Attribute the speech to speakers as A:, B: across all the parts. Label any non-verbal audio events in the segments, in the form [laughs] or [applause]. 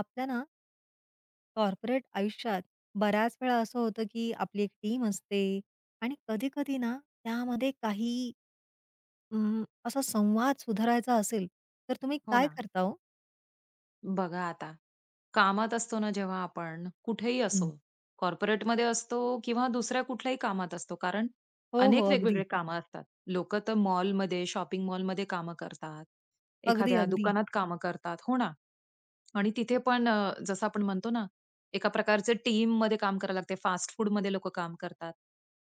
A: आपल्या ना कॉर्पोरेट आयुष्यात बऱ्याच वेळा असं होतं की आपली एक टीम असते आणि कधी-कधी ना त्यामध्ये काही असा संवाद सुधारायचा असेल, तर तुम्ही
B: हो
A: काय
B: ना.
A: करता हो?
B: बघा आता, कामात असतो ना जेव्हा आपण, कुठेही असो,
A: हं.
B: कॉर्पोरेटमध्ये असतो किंवा दुसऱ्या कुठल्याही कामात असतो, कारण
A: हो,
B: अनेक
A: हो. अगदी.
B: वेगवेगळे कामं असतात. लोकं तर मॉलमध्ये, शॉपिंग मॉलमध्ये कामं करतात,
A: अगदी,
B: एखाद्या
A: अगदी.
B: दुकानात कामं करतात, हो ना. आणि तिथे पण जसं आपण म्हणतो ना, एका प्रकारचे टीममध्ये काम करावं लागते. फास्ट फूडमध्ये लोकं काम करतात.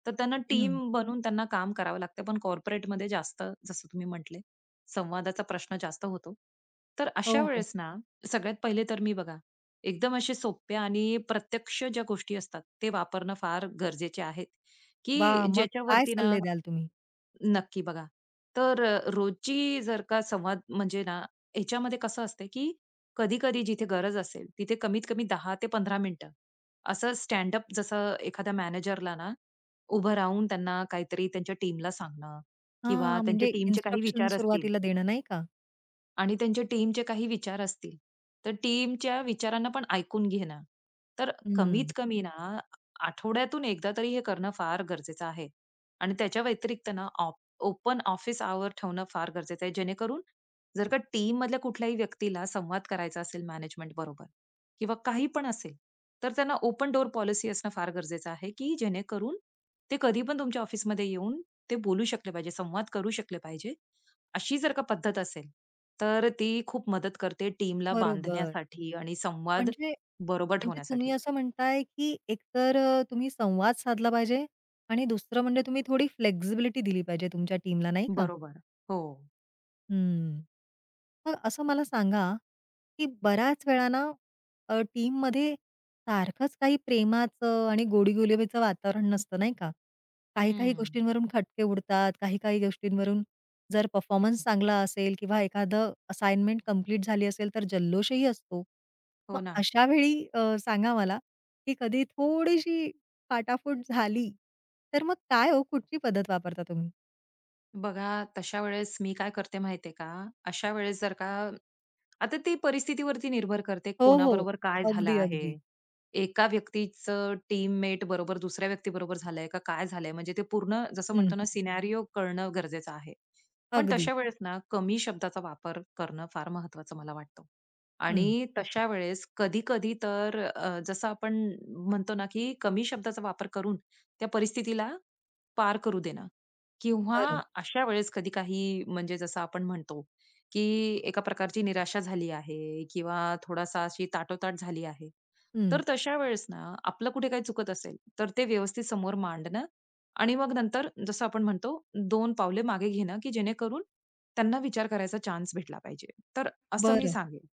B: तर त्यांना
A: हं.
B: टीम बनून त्यांना काम करावं लागतं. पण कॉर्पोरेटमध्ये जास्त, जसं तुम्ही म्हटले, संवादाचा प्रश्न जास्त होतो. तर अशा
A: हो, हो.
B: वेळेस ना सगळ्यात पहिले तर मी बघा, एकदम असे सोप्या आणि प्रत्यक्ष ज्या गोष्टी असतात, ते वापरणं फार गरजेचे आहेत,
A: वाह!
B: की
A: मग काय
B: ज्याच्यावरती ना
A: सल्ले द्याल तुम्ही?
B: नक्की बघा. तर रोजची जर का संवाद म्हणजे ना, ह्याच्यामध्ये कसं असतं, की कधी-कधी जिथे गरज असेल, तिथे कमीत कमी 10 ते 15 मिनिटं असं स्टँड जसं एखाद्या मॅनेजरला ना, उभं राहून त्यांना काहीतरी त्यांच्या टीमला सांगणं
A: हा.
B: किंवा त्यांच्या
A: म्हणजे
B: टीमचे काही
A: इन्स्ट्रक्शन
B: विचार असतील
A: सुरुवातीला देणं नाही का?
B: आणि त्यांच्या टीमचे काही विचार असतील, तर टीमच्या विचारांना पण ऐकून घेणं. तर
A: हं.
B: कमीत कमी ना, आठवड्यातून एकदा तरी हे करणं फार गरजेचं आहे. आणि त्याच्या व्यतिरिक्त ना, ओपन ऑफिस आवर ठेवणं फार गरजेचं आहे. जेणेकरून जर का टीममधल्या कुठल्याही व्यक्तीला संवाद करायचा असेल मॅनेजमेंट बरोबर किंवा काही पण असेल, तर त्यांना ओपन डोअर पॉलिसी असणं फार गरजेचं आहे, की जेणेकरून ते कधी पण तुमच्या ऑफिसमध्ये येऊन ते बोलू शकले पाहिजे, संवाद करू शकले पाहिजे. अशी जर का पद्धत असेल, तर ती खूप मदत करते टीमला
A: बरोबर.
B: बांधण्यासाठी आणि संवाद
A: म्हणजे
B: बरोबर
A: म्हणजे तुम्ही
B: ठेवण्यासाठी.
A: असं म्हणताय, की एकतर तुम्ही संवाद साधला पाहिजे आणि दुसरं म्हणजे तुम्ही थोडी फ्लेक्सिबिलिटी दिली पाहिजे तुमच्या टीमला, नाही का?
B: बरोबर. हो.
A: हं. मग असं मला सांगा, की बऱ्याच वेळा ना टीममध्ये सारखंच काही प्रेमाचं आणि गोडीगुलाबीचं वातावरण नसतं, नाही का? काही-काही
B: हं.
A: गोष्टींवरून खटके उडतात, काही-काही गोष्टींवरून जर परफॉर्मन्स चांगला असेल किंवा एखादं असाइनमेंट कंप्लीट झाली असेल, तर जल्लोषही असतो. मग
B: हो ना.
A: अशा वेळी सांगा मला, की कधी थोडीशी फाटाफूट झाली, तर मग काय हो, कुठची पद्धत वापरता तुम्ही?
B: बघा, तशा वेळेस मी काय करते माहितीये का, अशा वेळेस जर का आता ते परिस्थितीवरती निर्भर करते,
A: हो, हो.
B: कोणाबरोबर काय झालं
A: अगदी,
B: आहे.
A: अगदी.
B: एका व्यक्तीचं टीममेट बरोबर दुसऱ्या व्यक्तीबरोबर झालंय का काय झालंय? म्हणजे ते पूर्ण जसं
A: हं,
B: म्हणतो ना
A: हं.
B: सिनेरिओ कळणं गरजेचं आहे. पण
A: अगदी.
B: तशा वेळेस ना कमी शब्दाचा वापर करणं फार महत्वाचं मला वाटतं.
A: हं.
B: आणि तशा वेळेस कधी-कधी तर जसं आपण म्हणतो ना, की कमी शब्दाचा वापर करून त्या परिस्थितीला पार करू देणं. किंवा
A: बरं.
B: अशा वेळेस कधी काही म्हणजे जसं आपण म्हणतो, की एका प्रकारची निराशा झाली आहे किंवा थोडासा अशी ताठोताठ झाली आहे.
A: हं,
B: तर तशा वेळेस ना, आपलं कुठे काही चुकत असेल, तर ते व्यवस्थित समोर मांडणं आणि मग नंतर जसं आपण म्हणतो 2 पावले मागे घेणं, की जेणेकरून त्यांना विचार करायचा चान्स भेटला पाहिजे. तर असं मी
A: बरं.
B: सांगेन.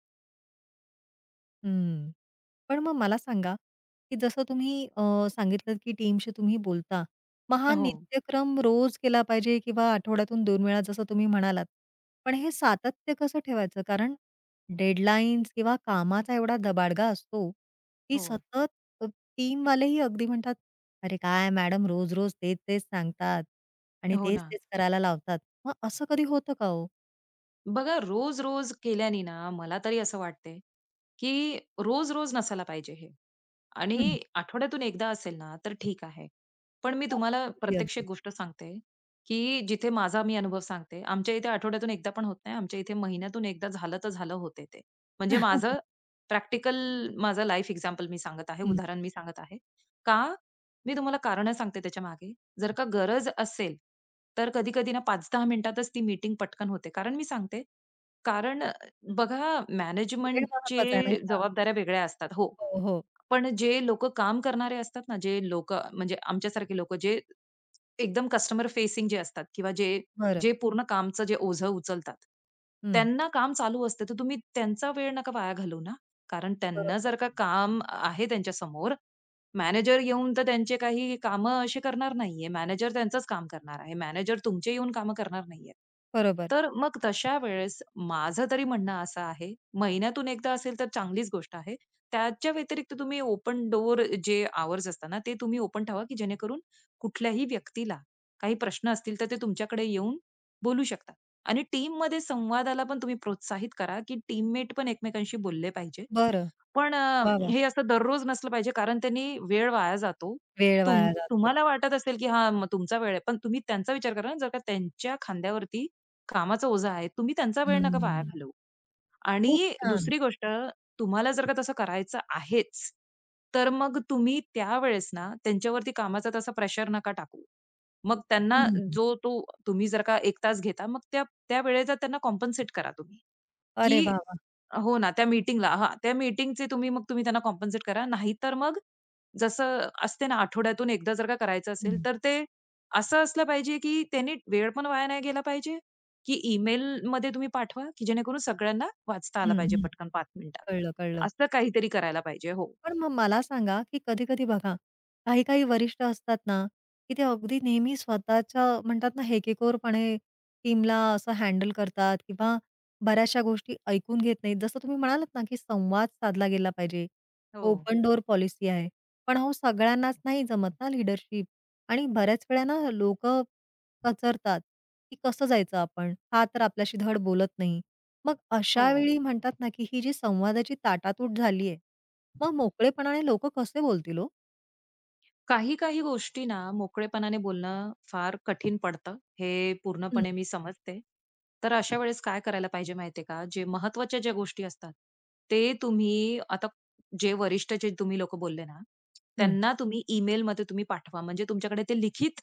A: हं. पण मग मला सांगा, की जसं तुम्ही सांगितलंत की टीमशी तुम्ही बोलता. मग हा
B: हो,
A: नित्यक्रम रोज केला पाहिजे किंवा आठवड्यातून 2 वेळा जसं तुम्ही म्हणालात. पण हे सातत्य कसं ठेवायचं? कारण डेडलाईन्स किंवा कामाचा एवढा दबाडगा असतो, की
B: हो,
A: सतत अ, टीमवालेही अगदी म्हणतात, "अरे काय मॅडम रोज-रोज तेच-तेच सांगतात आणि
B: हो ना.
A: तेच-तेच करायला लावतात." मग असं कधी होतं का हो?
B: बघा रोज-रोज केल्याने ना, मला तरी असं वाटते, की रोज-रोज नसायला पाहिजे हे.
A: हं.
B: आणि आठवड्यातून एकदा असेल ना, तर ठीक आहे. पण मी
A: हो.
B: तुम्हाला
A: अगदी,
B: प्रत्यक्ष
A: अगदी.
B: एक गोष्ट सांगते, की जिथे माझा मी अनुभव सांगते. आमच्या इथे आठवड्यातून एकदा पण होत नाही. आमच्या इथे महिन्यातून एकदा झालं तर झालं होते ते. म्हणजे माझं
A: [laughs]
B: प्रॅक्टिकल माझं लाईफ एक्झाम्पल मी सांगत आहे, उदाहरण मी सांगत आहे. का? मी तुम्हाला कारणं सांगते त्याच्यामागे. जर का गरज असेल, तर कधी-कधी ना 5-10 मिनिटातच ती मीटिंग पटकन होते. कारण मी सांगते, कारण बघा
A: वेळ महत्वाचा आहे, नाही
B: मॅनेजमेंटचे
A: का?
B: जबाबदाऱ्या वेगळ्या असतात. हो.
A: हो, हो.
B: पण जे लोकं काम करणारे असतात ना, जे लोकं म्हणजे आमच्यासारखे लोकं जे एकदम कस्टमर फेसिंग जे असतात किंवा जे
A: बरं.
B: जे पूर्ण कामचं जे ओझं उचलतात,
A: हं.
B: त्यांना काम चालू असतं, तर तुम्ही त्यांचा वेळ नका वाया घालवू ना. कारण त्यांना
A: बरोबर,
B: जर का काम आहे त्यांच्यासमोर, मॅनेजर येऊन तर त्यांचे काही कामं असे करणार नाहीये. मॅनेजर त्यांचंच काम करणार आहे. मॅनेजर तुमचे येऊन कामं करणार नाहीये.
A: बरोबर.
B: तर मग तशा वेळेस माझं तरी म्हणणं असं आहे, महिन्यातून एकदा असेल तर चांगलीच गोष्ट आहे. त्याच्या व्यतिरिक्त तुम्ही ओपन डोअर जे आवर्स असतात ना, ते तुम्ही ओपन ठेवा, की जेणेकरून कुठल्याही व्यक्तीला काही प्रश्न असतील, तर ते तुमच्याकडे येऊन बोलू शकतात. आणि टीममध्ये संवादाला पण तुम्ही प्रोत्साहित करा, की टीममेट पण एकमेकांशी बोलले पाहिजे.
A: बरं.
B: पण
A: वाह, वाह!
B: हे असं दररोज नसलं पाहिजे, कारण त्यांनी वेळ वाया जातो.
A: वेळ वाया जातो.
B: तुम्हाला वाटत असेल, की हां, मग तुमचा वेळ आहे. पण तुम्ही त्यांचा विचार करा ना, जर का त्यांच्या खांद्यावरती कामाचा ओझा आहे, तुम्ही त्यांचा वेळ नका वाया
A: हं.
B: घालवू.
A: खूप
B: आणि
A: छान.
B: दुसरी गोष्ट तुम्हाला जर का तसं करायचं आहेच, तर मग तुम्ही त्यावेळेस ना त्यांच्यावरती कामाचा तसा प्रेशर नका टाकू. मग त्यांना
A: हं.
B: जो तो तुम्ही जर का 1 तास घेता, मग त्या त्या वेळेचा त्यांना कॉम्पेन्सेट करा तुम्ही.
A: अरे
B: की
A: वाह, वाह!
B: हो ना, त्या मीटिंगला हां, त्या मीटिंगचे तुम्ही त्यांना कॉम्पेन्सेट करा. नाहीतर मग जसं असते ना, आठवड्यातून एकदा जर का करायचं असेल,
A: हं,
B: तर ते असं असलं पाहिजे की त्यांनी वेळ पण वाया नाही गेला पाहिजे, की ईमेलमध्ये तुम्ही पाठवा, की जेणेकरून सगळ्यांना वाचता आला
A: हं,
B: पाहिजे
A: हं.
B: पटकन 5 मिनिटात.
A: कळलं, कळलं.
B: असं काहीतरी करायला पाहिजे. हो.
A: पण मग मला सांगा, की कधी-कधी बघा, काही-काही वरिष्ठ असतात ना, की ते अगदी नेहमी स्वतःच्या म्हणतात ना, हेकेखोरपणे टीमला असं हँडल करतात किंवा बऱ्याचशा गोष्टी ऐकून घेत नाहीत. जसं तुम्ही म्हणालात ना, की संवाद साधला गेला पाहिजे.
B: हो,
A: ओपन डोअर पॉलिसी आहे. पण अहो सगळ्यांनाच नाही जमत ना लीडरशिप आणि बऱ्याच वेळा ना लोकं कचरतात, की कसं जायचं आपण? हा तर आपल्याशी धड बोलत नाही. मग
B: हो.
A: अशा वेळी म्हणतात ना, की ही जी संवादाची ताटातूट झाली आहे मग मोकळेपणाने लोक कसे बोलतील ओ?
B: काही काही गोष्टी ना मोकळेपणाने बोलणं फार कठीण पडतं, हे
A: हं.
B: पूर्णपणे मी समजते. तर अशा वेळेस काय करायला पाहिजे माहितीये का, जे महत्त्वाच्या ज्या गोष्टी असतात, ते तुम्ही आता जे वरिष्ठ जे तुम्ही लोक बोलले ना,
A: हं.
B: त्यांना तुम्ही ईमेलमध्ये तुम्ही पाठवा. म्हणजे तुमच्याकडे ते लिखित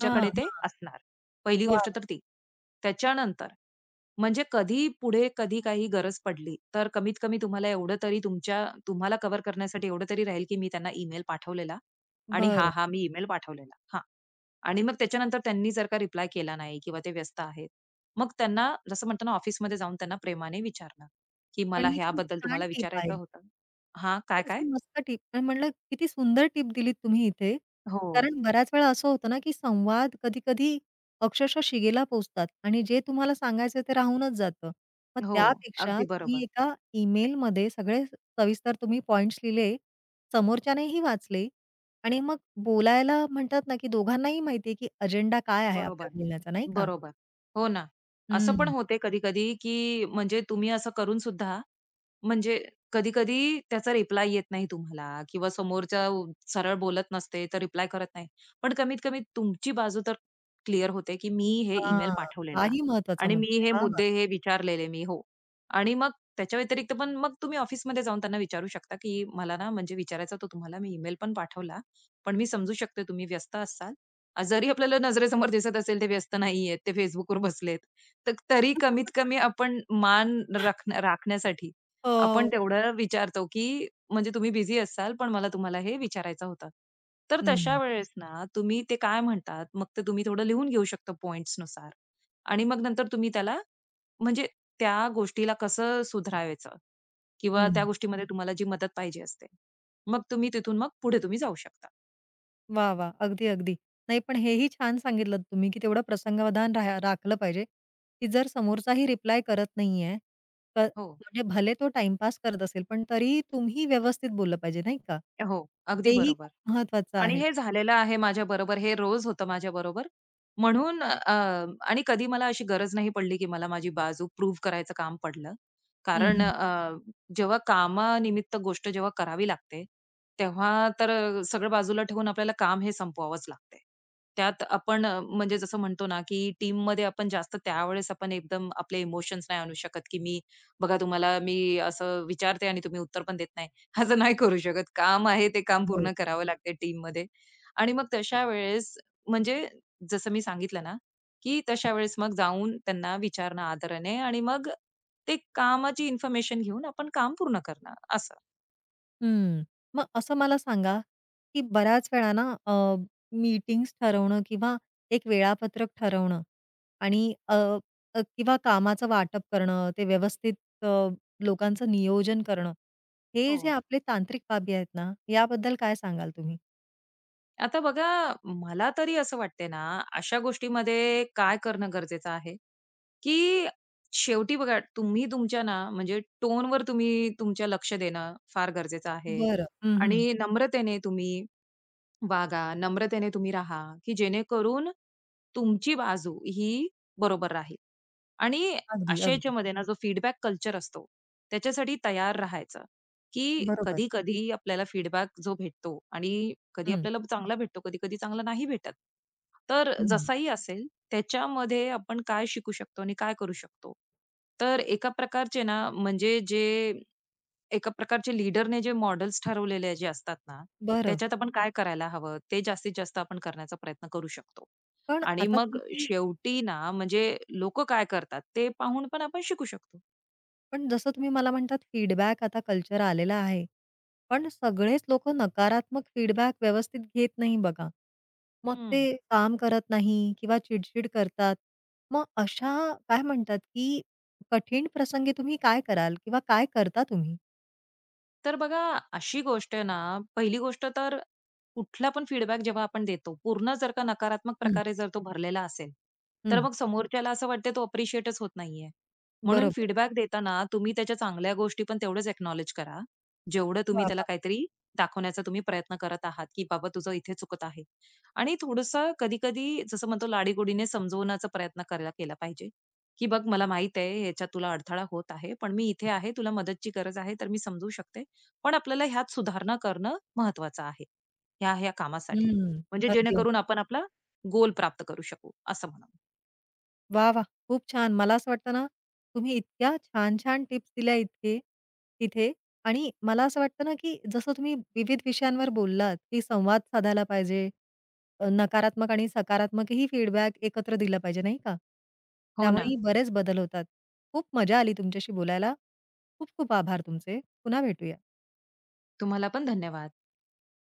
A: हां,
B: ते
A: हां.
B: असणार. पहिली
A: वाह!
B: गोष्ट
A: वाह!
B: तर ती. त्याच्यानंतर म्हणजे कधी पुढे कधी काही गरज पडली, तर कमीत कमी तुम्हाला एवढं तरी तुमच्या तुम्हाला कव्हर करण्यासाठी एवढं तरी राहील, की मी त्यांना ईमेल पाठवलेला आणि
A: बरं.
B: "हां, हा मी ईमेल पाठवलेला." हां. आणि मग त्याच्यानंतर त्यांनी जर का रिप्लाय केला नाही किंवा ते व्यस्त आहेत, मग त्यांना जसं म्हणतो ना ऑफिसमध्ये जाऊन त्यांना प्रेमाने विचारणं, की
A: पण
B: "मला
A: ही खूप
B: ह्याबद्दल
A: छान
B: तुम्हाला
A: टिप आहे.
B: विचारायचं होतं." हां, काय,
A: तर अशी
B: काय?
A: मस्त टिप आणि म्हटलं किती सुंदर टिप दिलीत तुम्ही इथे.
B: हो,
A: कारण बऱ्याच वेळा असं होतं ना, की संवाद कधी-कधी अक्षरशः शिगेला पोहोचतात आणि जे तुम्हाला सांगायचं ते राहूनच जातं. मग
B: हो.
A: त्यापेक्षा
B: अगदी
A: तुम्ही
B: बरोबर.
A: एका ईमेलमध्ये सगळे सविस्तर तुम्ही पॉइंट्स लिहिले, समोरच्यानेही वाचले आणि मग बोलायला म्हणतात ना, की दोघांनाही माहिती आहे, की अजेंडा काय आहे आपल्या
B: बरोबर,
A: बोलण्याचा नाही का?
B: बरोबर. हो ना. असं पण
A: हं.
B: होते कधी-कधी, की म्हणजे तुम्ही असं करून सुद्धा म्हणजे कधी-कधी त्याचा रिप्लाय येत नाही तुम्हाला किंवा समोरचा सरळ बोलत नसते, तर रिप्लाय करत नाही. पण कमीत कमी तुमची बाजू तर क्लिअर होते, की मी हे
A: हां.
B: ईमेल पाठवलेला
A: हाही महत्वाचा
B: आणि
A: मुद्दा
B: मी
A: आहे.
B: हे
A: वाह, वाह!
B: मुद्दे हे विचारलेले मी हो. आणि मग त्याच्या व्यतिरिक्त पण मग तुम्ही ऑफिसमध्ये जाऊन त्यांना विचारू शकता, की मला ना म्हणजे विचारायचं होतं तुम्हाला, मी ईमेल पण पाठवला. पण मी समजू शकते तुम्ही व्यस्त असाल. जरी आपल्याला नजरेसमोर दिसत असेल ते व्यस्त नाहीयेत, ते Facebookवर बसलेत. तर तरी कमीत कमी आपण मान राखण्यासाठी आपण
A: हो.
B: तेवढं विचारतो, की म्हणजे तुम्ही बिझी असाल, पण मला तुम्हाला हे विचारायचं होतं. तर तशा
A: हं.
B: वेळेस ना तुम्ही ते काय म्हणतात, मग ते तुम्ही थोडं लिहून घेऊ शकता पॉइंट्स नुसार. आणि मग नंतर तुम्ही त्याला म्हणजे त्या गोष्टीला कसं सुधारायचं किंवा त्या
A: हं.
B: गोष्टीमध्ये तुम्हाला जी मदत पाहिजे असते. मग तुम्ही तिथून मग पुढे तुम्ही जाऊ शकता.
A: वा, वाह! अगदी, अगदी. नाही पण हेही छान सांगितलत तुम्ही, की तेवढं प्रसंगावधान राखलं पाहिजे, की जर समोरचाही रिप्लाय करत नाहीये, तर
B: हो.
A: म्हणजे भले तो टाईमपास करत असेल, पण तरी तुम्ही व्यवस्थित बोललं पाहिजे, नाही का?
B: हो, अगदी
A: तेही
B: बरोबर.
A: खूप महत्वाचं
B: आणि
A: आहे.
B: हे झालेलं आहे माझ्या बरोबर, हे रोज होतं माझ्याबरोबर. म्हणून आणि कधी मला अशी गरज नाही पडली, की मला माझी बाजू प्रूव्ह करायचं काम पडलं. कारण
A: हं,
B: जेव्हा कामानिमित्त गोष्ट जेव्हा करावी लागते, तेव्हा तर सगळं बाजूला ठेवून आपल्याला काम हे संपवावंच लागते. त्यात आपण म्हणजे जसं म्हणतो ना, की टीममध्ये आपण जास्त त्यावेळेस आपण एकदम आपले इमोशन्स नाही आणू शकत, की मी बघा तुम्हाला मी असं विचारते आणि तुम्ही उत्तर पण देत नाही. असं नाही करू शकत. काम आहे ते काम
A: हं.
B: पूर्ण करावं लागते टीममध्ये आणि मग तशा वेळेस म्हणजे जसं मी सांगितलं ना, की तशा वेळेस मग जाऊन त्यांना विचारणं आदराने आणि मग ते कामाची इन्फॉर्मेशन घेऊन आपण काम पूर्ण करणं असं.
A: हं. मग असं मला सांगा, की बऱ्याच वेळा ना मीटिंग्स ठरवणं किंवा एक वेळापत्रक ठरवणं आणि अ, अ, किंवा कामाचं वाटप करणं, ते व्यवस्थित लोकांचं नियोजन करणं, हे
B: हो.
A: जे आपले तांत्रिक बाबी आहेत ना, याबद्दल काय सांगाल तुम्ही?
B: आता बघा मला तरी असं वाटते ना, अशा गोष्टीमध्ये काय करणं गरजेचं आहे, की शेवटी बघा तुम्ही तुमच्या ना म्हणजे टोनवर तुम्ही तुमच्या लक्ष देणं फार गरजेचं आहे
A: बरं. हं, हं.
B: आणि नम्रतेने तुम्ही वागा, नम्रतेने तुम्ही राहा, की जेणेकरून तुमची बाजू ही बरोबर राहील. आणि
A: अगदी,
B: अशा
A: अगदी.
B: याच्यामध्ये ना जो फीडबॅक कल्चर असतो, त्याच्यासाठी तयार राहायचं, की
A: बरोबर.
B: कधी-कधी आपल्याला फीडबॅक जो भेटतो आणि कधी
A: हं.
B: आपल्याला चांगला भेटतो, कधी-कधी चांगला नाही भेटत. तर
A: हं.
B: जसाही असेल त्याच्यामध्ये आपण काय शिकू शकतो आणि काय करू शकतो. तर एका प्रकारचे ना म्हणजे एका प्रकारचे लीडरने जे मॉडेल्स ठरवलेले जे असतात ना,
A: बरं.
B: त्याच्यात आपण काय करायला हवं, ते जास्तीत जास्त आपण करण्याचा प्रयत्न करू शकतो.
A: पण
B: आणि
A: आता
B: मग
A: तुम्ही
B: शेवटी ना, म्हणजे लोकं काय करतात ते पाहून पण आपण शिकू शकतो.
A: पण जसं तुम्ही मला म्हणतात फीडबॅक आता कल्चर आलेला आहे. पण सगळेच लोकं नकारात्मक फीडबॅक व्यवस्थित घेत नाही बघा. मग
B: हं.
A: ते काम करत नाही किंवा चिडचिड करतात. मग अशा काय म्हणतात, की कठीण प्रसंगी तुम्ही काय कराल किंवा काय करता तुम्ही?
B: तर बघा अशी गोष्ट आहे ना, पहिली गोष्ट तर कुठला पण फीडबॅक जेव्हा आपण देतो, पूर्ण जर का नकारात्मक
A: हं.
B: प्रकारे जर तो भरलेला असेल, तर
A: हं.
B: मग समोरच्याला असं वाटते तो अप्रिशिएटच होत नाहीये. म्हणून
A: बरोबर.
B: फीडबॅक देताना तुम्ही त्याच्या चांगल्या गोष्टी पण तेवढंच अॅक्नॉलेज करा, जेवढं तुम्ही
A: वाह,
B: त्याला
A: वाह!
B: काहीतरी दाखवण्याचा तुम्ही प्रयत्न करत आहात, की "बाबा तुझं इथे चुकत आहे." आणि थोडंसं कधी-कधी जसं म्हणतो लाडीगोडीने समजवण्याचा प्रयत्न करायला केला पाहिजे, की "बघ मला माहीत आहे ह्याच्यात तुला अडथळा होत आहे, पण मी इथे आहे, तुला मदतची गरज आहे तर मी समजू शकते. पण आपल्याला ह्यात सुधारणा करणं महत्वाचं आहे. ह्या कामासाठी.
A: हं.
B: म्हणजे
A: अगदी.
B: जेणेकरून आपण आपला गोल प्राप्त करू शकू, असं म्हणा.
A: वाह, वाह! खूप छान. मला असं वाटतं ना, तुम्ही इतक्या छान-छान टिप्स दिल्या इतके तिथे आणि मला असं वाटतं ना, की जसं तुम्ही विविध विषयांवर बोललात, की संवाद साधायला पाहिजे. नकारात्मक आणि सकारात्मकही फीडबॅक एकत्र दिला पाहिजे, नाही का?
B: हो ना.
A: त्यामुळेही बरेच बदल होतात. खूप मजा आली तुमच्याशी बोलायला. खूप खूप आभार तुमचे. पुन्हा भेटूया.
B: तुम्हाला पण धन्यवाद.